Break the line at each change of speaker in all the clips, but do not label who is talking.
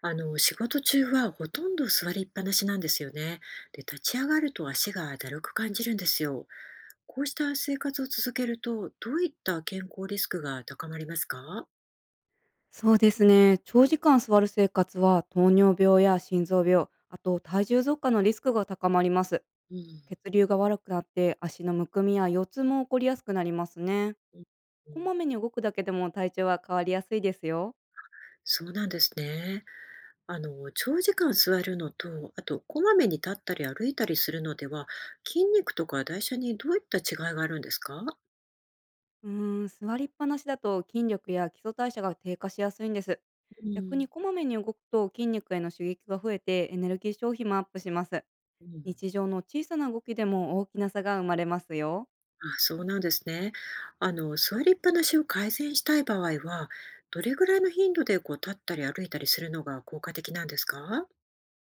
仕事中はほとんど座りっぱなしなんですよね。で、立ち上がると足がだるく感じるんですよ。こうした生活を続けると、どういった健康リスクが高まりますか？
そうですね。長時間座る生活は糖尿病や心臓病、あと体重増加のリスクが高まります。
うん。
血流が悪くなって足のむくみや腰痛も起こりやすくなりますね。
うんう
こ
ん。
まめに動くだけでも体調は変わりやすいですよ。
そうなんですね。長時間座るのと、あと、こまめに立ったり歩いたりするのでは、筋肉とか代謝にどういった違いがあるんですか？
座りっぱなしだと筋力や基礎代謝が低下しやすいんです。
う
逆
ん。
にこまめに動くと筋肉への刺激が増えてエネルギー消費もアップします。
うん。
日常の小さな動きでも大きな差が生まれますよ。
あ、そうなんですね。座りっぱなしを改善したい場合は、どれぐらいの頻度でこう立ったり歩いたりするのが効果的なんですか？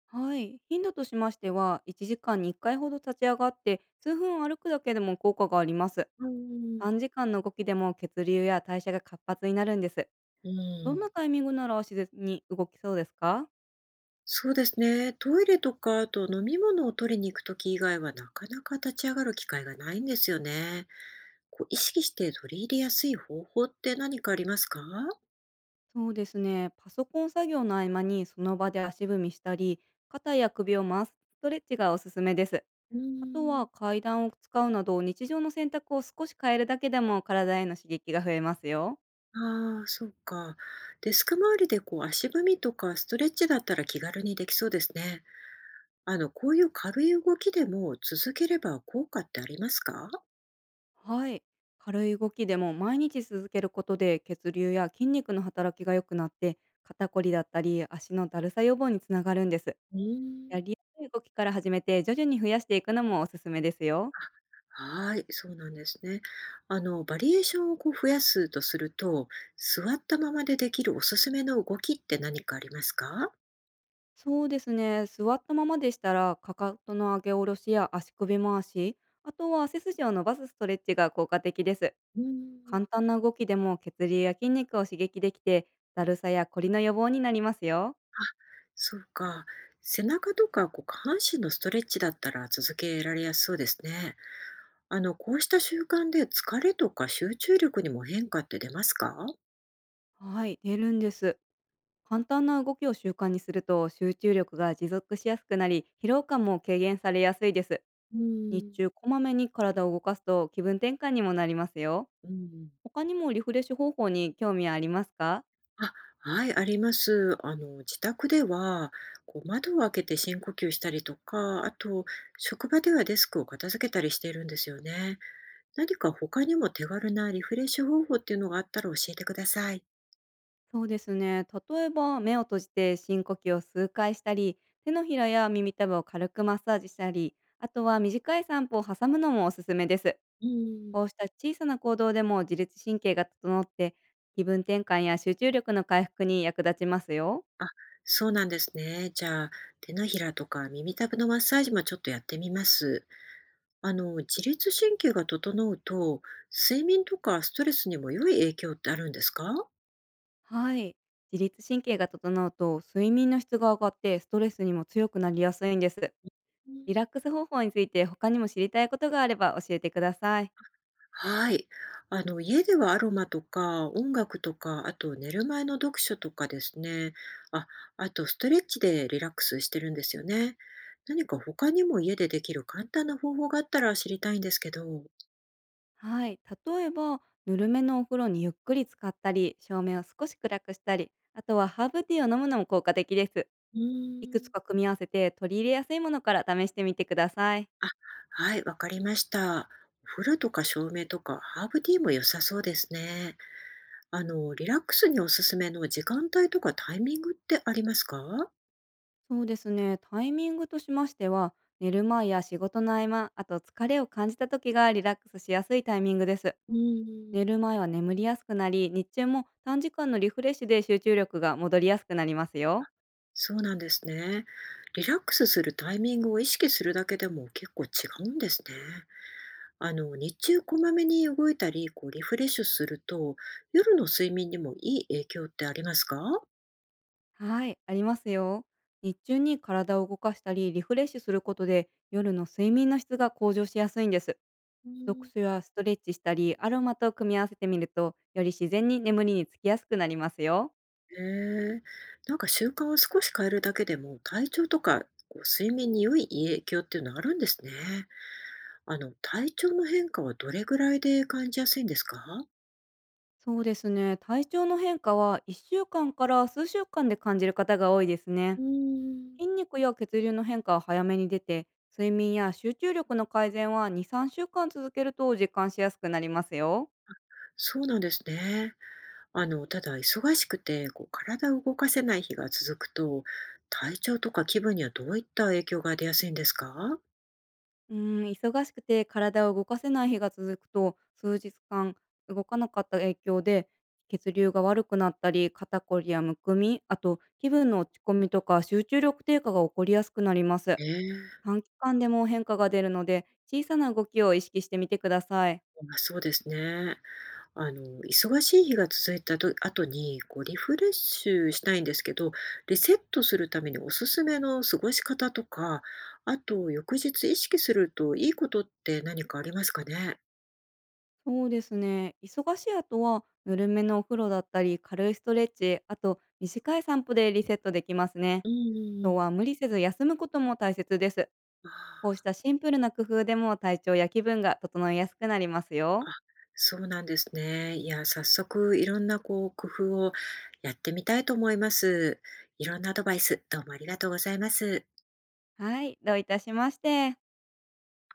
はい、頻度としましては、1時間に1回ほど立ち上がって、数分歩くだけでも効果があります。
うん。
短時間の動きでも血流や代謝が活発になるんです。
う
どん
ん、
なタイミングなら自然に動きそうですか？
そうですね。トイレとか、あと飲み物を取りに行くとき以外はなかなか立ち上がる機会がないんですよね。こう意識して取り入れやすい方法って何かありますか？
そうですね、パソコン作業の合間にその場で足踏みしたり、肩や首を回すストレッチがおすすめです。
う
あと
ー
は
ん。
階段を使うなど、日常の選択を少し変えるだけでも体への刺激が増えますよ。
ああ、そうか。デスク周りでこう足踏みとかストレッチだったら気軽にできそうですね。こういう軽い動きでも続ければ効果ってありますか？
はい。軽い動きでも毎日続けることで血流や筋肉の働きが良くなって肩こりだったり足のだるさ予防につながるんです。
うー
や
ん。
りやすい動きから始めて徐々に増やしていくのもおすすめですよ。
あ、はい、そうなんですね。バリエーションをこう増やすとすると、座ったままでできるおすすめの動きって何かありますか？
そうですね。座ったままでしたらかかとの上げ下ろしや足首回し、あとは背筋を伸ばすストレッチが効果的です。
うーん。
簡単な動きでも血流や筋肉を刺激できてだるさやこりの予防になりますよ。
そうか。背中とかこう下半身のストレッチだったら続けられやすそうですね。こうした習慣で疲れとか集中力にも変化って出ますか？
はい、出るんです。簡単な動きを習慣にすると集中力が持続しやすくなり疲労感も軽減されやすいです。
う
日
ん。
中こまめに体を動かすと気分転換にもなりますよ。
うん。
他にもリフレッシュ方法に興味はありますか？
あ、はい、あります。自宅では、こう、窓を開けて深呼吸したりとか、あと、職場ではデスクを片付けたりしているんですよね。何か他にも手軽なリフレッシュ方法っていうのがあったら教えてください。
そうですね、例えば目を閉じて深呼吸を数回したり、手のひらや耳たぶを軽くマッサージしたり、あとは短い散歩を挟むのもおすすめです。
うん。
こうした小さな行動でも自律神経が整って気分転換や集中力の回復に役立ちますよ。
あ、そうなんですね。じゃあ、手のひらとか耳たぶのマッサージもちょっとやってみます。自律神経が整うと、睡眠とかストレスにも良い影響ってあるんですか？
はい。自律神経が整うと睡眠の質が上がってストレスにも強くなりやすいんです。
うん。
リラックス方法について他にも知りたいことがあれば教えてください。
はい。家ではアロマとか音楽とか、あと寝る前の読書とかですね。あ、あとストレッチでリラックスしてるんですよね。何か他にも家でできる簡単な方法があったら知りたいんですけど。
はい。例えば、ぬるめのお風呂にゆっくり浸かったり、照明を少し暗くしたり、あとはハーブティーを飲むのも効果的です。
う
いくつ
ーん。
か組み合わせて取り入れやすいものから試してみてください。
あ、はい、わかりました。お風呂とか照明とかハーブティーも良さそうですね。リラックスにおすすめの時間帯とかタイミングってありますか？
そうですね。タイミングとしましては、寝る前や仕事の合間、あと疲れを感じた時がリラックスしやすいタイミングです。
うー
寝
ん。
る前は眠りやすくなり、日中も短時間のリフレッシュで集中力が戻りやすくなりますよ。
そうなんですね。リラックスするタイミングを意識するだけでも結構違うんですね。日中こまめに動いたり、こうリフレッシュすると、夜の睡眠にもいい影響ってありますか？
はい、ありますよ。日中に体を動かしたりリフレッシュすることで夜の睡眠の質が向上しやすいんです。
う
読
ん、
書やストレッチしたりアロマと組み合わせてみるとより自然に眠りにつきやすくなりますよ。
へえ、なんか習慣を少し変えるだけでも体調とかこう睡眠に良い影響っていうのはあるんですね。体調の変化はどれぐらいで感じやすいんですか？
そうですね。体調の変化は1週間かんから数週間で感じる方が多いですね。
うん。
筋肉や血流の変化は早めに出て、睡眠や集中力の改善は2、3週間続けると実感しやすくなりますよ。
そうなんですね。ただ忙しくて、こう体を動かせない日が続くと、体調とか気分にはどういった影響が出やすいんですか？
うー忙しくて体を動かせない日が続くと、数日間動かなかった影響で、血流が悪くなったり、肩こりやむくみ、あと気分の落ち込みとか集中力低下が起こりやすくなります。
ええ。
短期間でも変化が出るので、小さな動きを意識してみてください。
まあ、そうですね。忙しい日が続いたと後に、こうリフレッシュしたいんですけど、リセットするためにおすすめの過ごし方とか、あと翌日意識するといいことって何かありますかね？
そうですね。忙しい後は、ぬるめのお風呂だったり、軽いストレッチ、あと短い散歩でリセットできますね。
うんうん。
あ
う
と
ん。
は無理せず休むことも大切です。
あ
こうし
あ。
たシンプルな工夫でも体調や気分が整いやすくなります
あ、
よ。
そうなんですね。いや、早速いろんなこう工夫をやってみたいと思います。いろんなアドバイス、どうもありがとうございます。
はい、どういたしまして。